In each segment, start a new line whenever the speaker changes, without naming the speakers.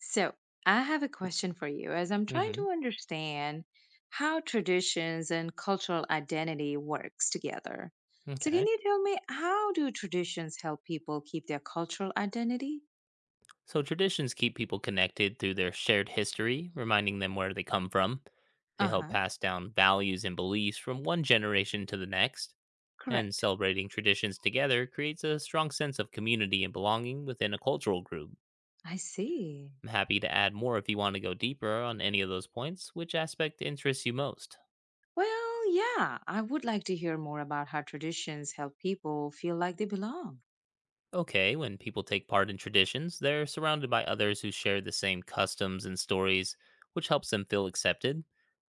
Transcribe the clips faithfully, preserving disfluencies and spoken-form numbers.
So, I have a question for you as I'm trying
Hmm.
to understand how traditions and cultural identity works together. So, can
Okay.
you tell me how do traditions help people keep their cultural identity?
So traditions keep people connected through their shared history, reminding them where they come from. They help
Uh-huh.
pass down values and beliefs from one generation to the next, and
Correct.
celebrating traditions together creates a strong sense of community and belonging within a cultural group.
I see.
I'm happy to add more if you want to go deeper on any of those points. Which aspect interests you most?
Well, yeah, I would like to hear more about how traditions help people feel like they belong.
Okay, when people take part in traditions, they're surrounded by others who share the same customs and stories, which helps them feel accepted.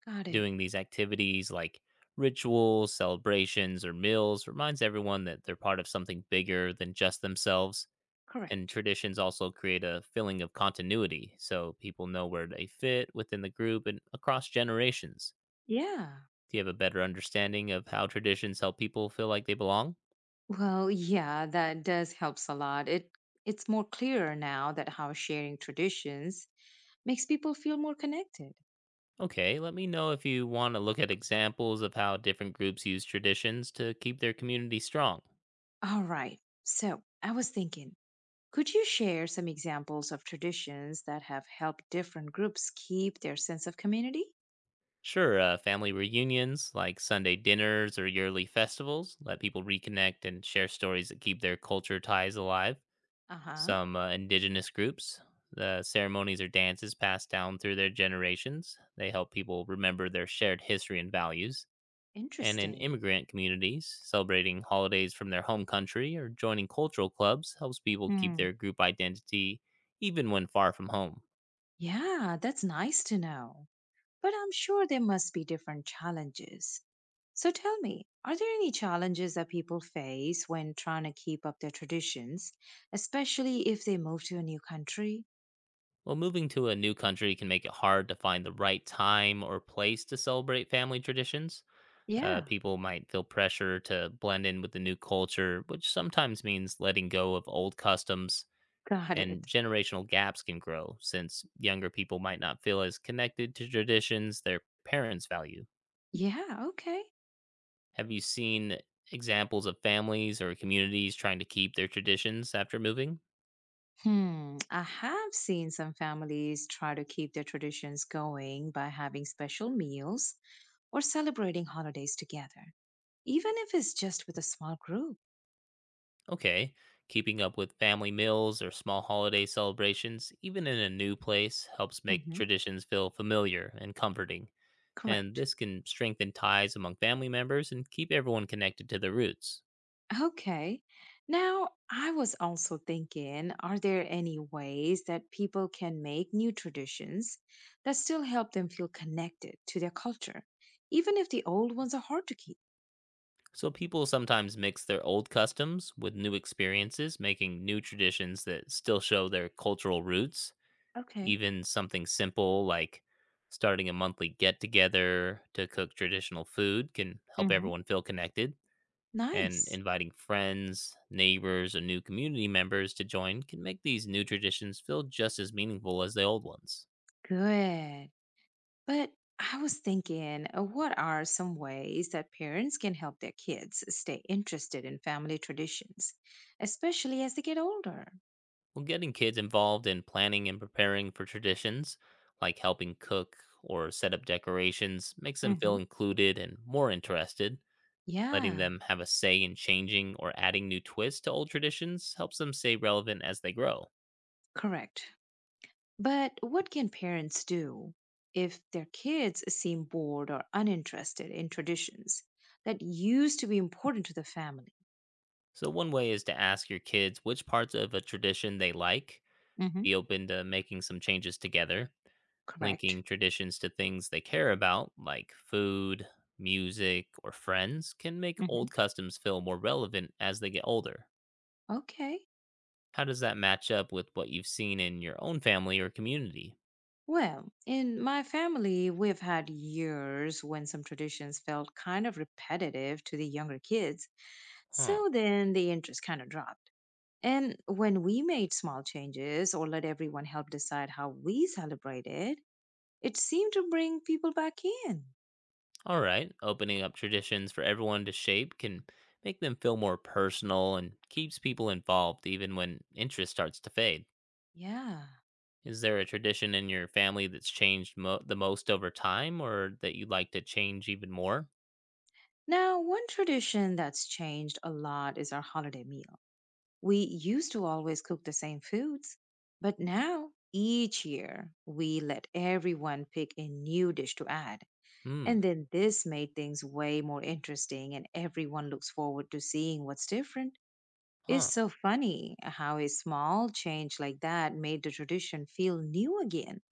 Got it.
Doing these activities like rituals, celebrations, or meals reminds everyone that they're part of something bigger than just themselves. And
Correct.
traditions also create a feeling of continuity so people know where they fit within the group and across generations.
Yeah.
Do you have a better understanding of how traditions help people feel like they belong?
Well, yeah, that does helps a lot. It it's more clearer now that how sharing traditions makes people feel more connected.
Okay, let me know if you want to look at examples of how different groups use traditions to keep their community strong.
All right. So, I was thinking, could you share some examples of traditions that have helped different groups keep their sense of community?
Sure, uh, family reunions like Sunday dinners or yearly festivals let people reconnect and share stories that keep their culture ties alive.
Uh-huh.
Some uh, indigenous groups, the ceremonies or dances passed down through their generations, they help people remember their shared history and values. And in
Interesting.
immigrant communities, celebrating holidays from their home country or joining cultural clubs helps people keep
Hmm.
their group identity even when far from home.
Yeah, that's nice to know, but I'm sure there must be different challenges. So tell me, are there any challenges that people face when trying to keep up their traditions, especially if they move to a new country?
Well, moving to a new country can make it hard to find the right time or place to celebrate family traditions. Uh,
Yeah,
people might feel pressure to blend in with the new culture, which sometimes means letting go of old customs,
got
and
it.
generational gaps can grow since younger people might not feel as connected to traditions their parents value.
Yeah, okay.
Have you seen examples of families or communities trying to keep their traditions after moving?
Hmm, I have seen some families try to keep their traditions going by having special meals or celebrating holidays together, even if it's just with a small group.
Okay, keeping up with family meals or small holiday celebrations, even in a new place, helps make
Hmm.
traditions feel familiar and comforting. And
Correct.
this can strengthen ties among family members and keep everyone connected to their roots.
Okay. Now, I was also thinking, are there any ways that people can make new traditions that still help them feel connected to their culture, even if the old ones are hard to keep?
So, people sometimes mix their old customs with new experiences, making new traditions that still show their cultural roots.
Okay.
Even something simple like starting a monthly get together to cook traditional food can help
Mhm.
everyone feel connected, and
Nice.
inviting friends, neighbors, or new community members to join can make these new traditions feel just as meaningful as the old ones.
Good. But I was thinking, uh, what are some ways that parents can help their kids stay interested in family traditions, especially as they get older?
Well, getting kids involved in planning and preparing for traditions, like helping cook or set up decorations, makes them feel
Mhm.
included and more interested. Letting
Yeah,
them have a say in changing or adding new twists to old traditions helps them stay relevant as they grow.
correct. But what can parents do if their kids seem bored or uninterested in traditions that used to be important to the family?
So, one way is to ask your kids which parts of a tradition they like,
Hmm.
be open to making some changes together. Linking
Correct?
traditions to things they care about, like food, music, or friends, can make old
Hmm.
customs feel more relevant as they get older.
Okay.
How does that match up with what you've seen in your own family or community?
Well, in my family, we've had years when some traditions felt kind of repetitive to the younger kids.
Huh.
So then the interest kind of dropped. And when we made small changes or let everyone help decide how we celebrated, it seemed to bring people back in.
All right, opening up traditions for everyone to shape can make them feel more personal and keeps people involved even when interest starts to fade.
Yeah.
Is there a tradition in your family that's changed mo- the most over time or that you'd like to change even more?
Now, one tradition that's changed a lot is our holiday meal. We used to always cook the same foods, but now each year we let everyone pick a new dish to add.
Hmm.
And then this made things way more interesting, and everyone looks forward to seeing what's different. It's
Huh.
so funny how a small change like that made the tradition feel new again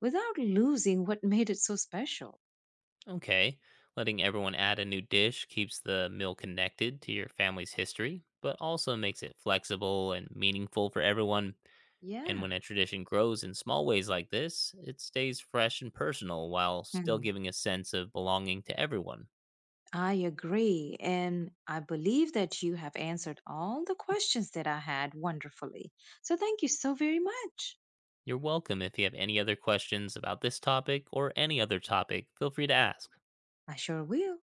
without losing what made it so special.
Okay. Letting everyone add a new dish keeps the meal connected to your family's history, but also makes it flexible and meaningful for everyone. And
Yeah.
when a tradition grows in small ways like this, it stays fresh and personal while still
Hmm.
giving a sense of belonging to everyone.
I agree. And I believe that you have answered all the questions that I had wonderfully. So thank you so very much.
You're welcome. If you have any other questions about this topic or any other topic, feel free to ask.
I sure will.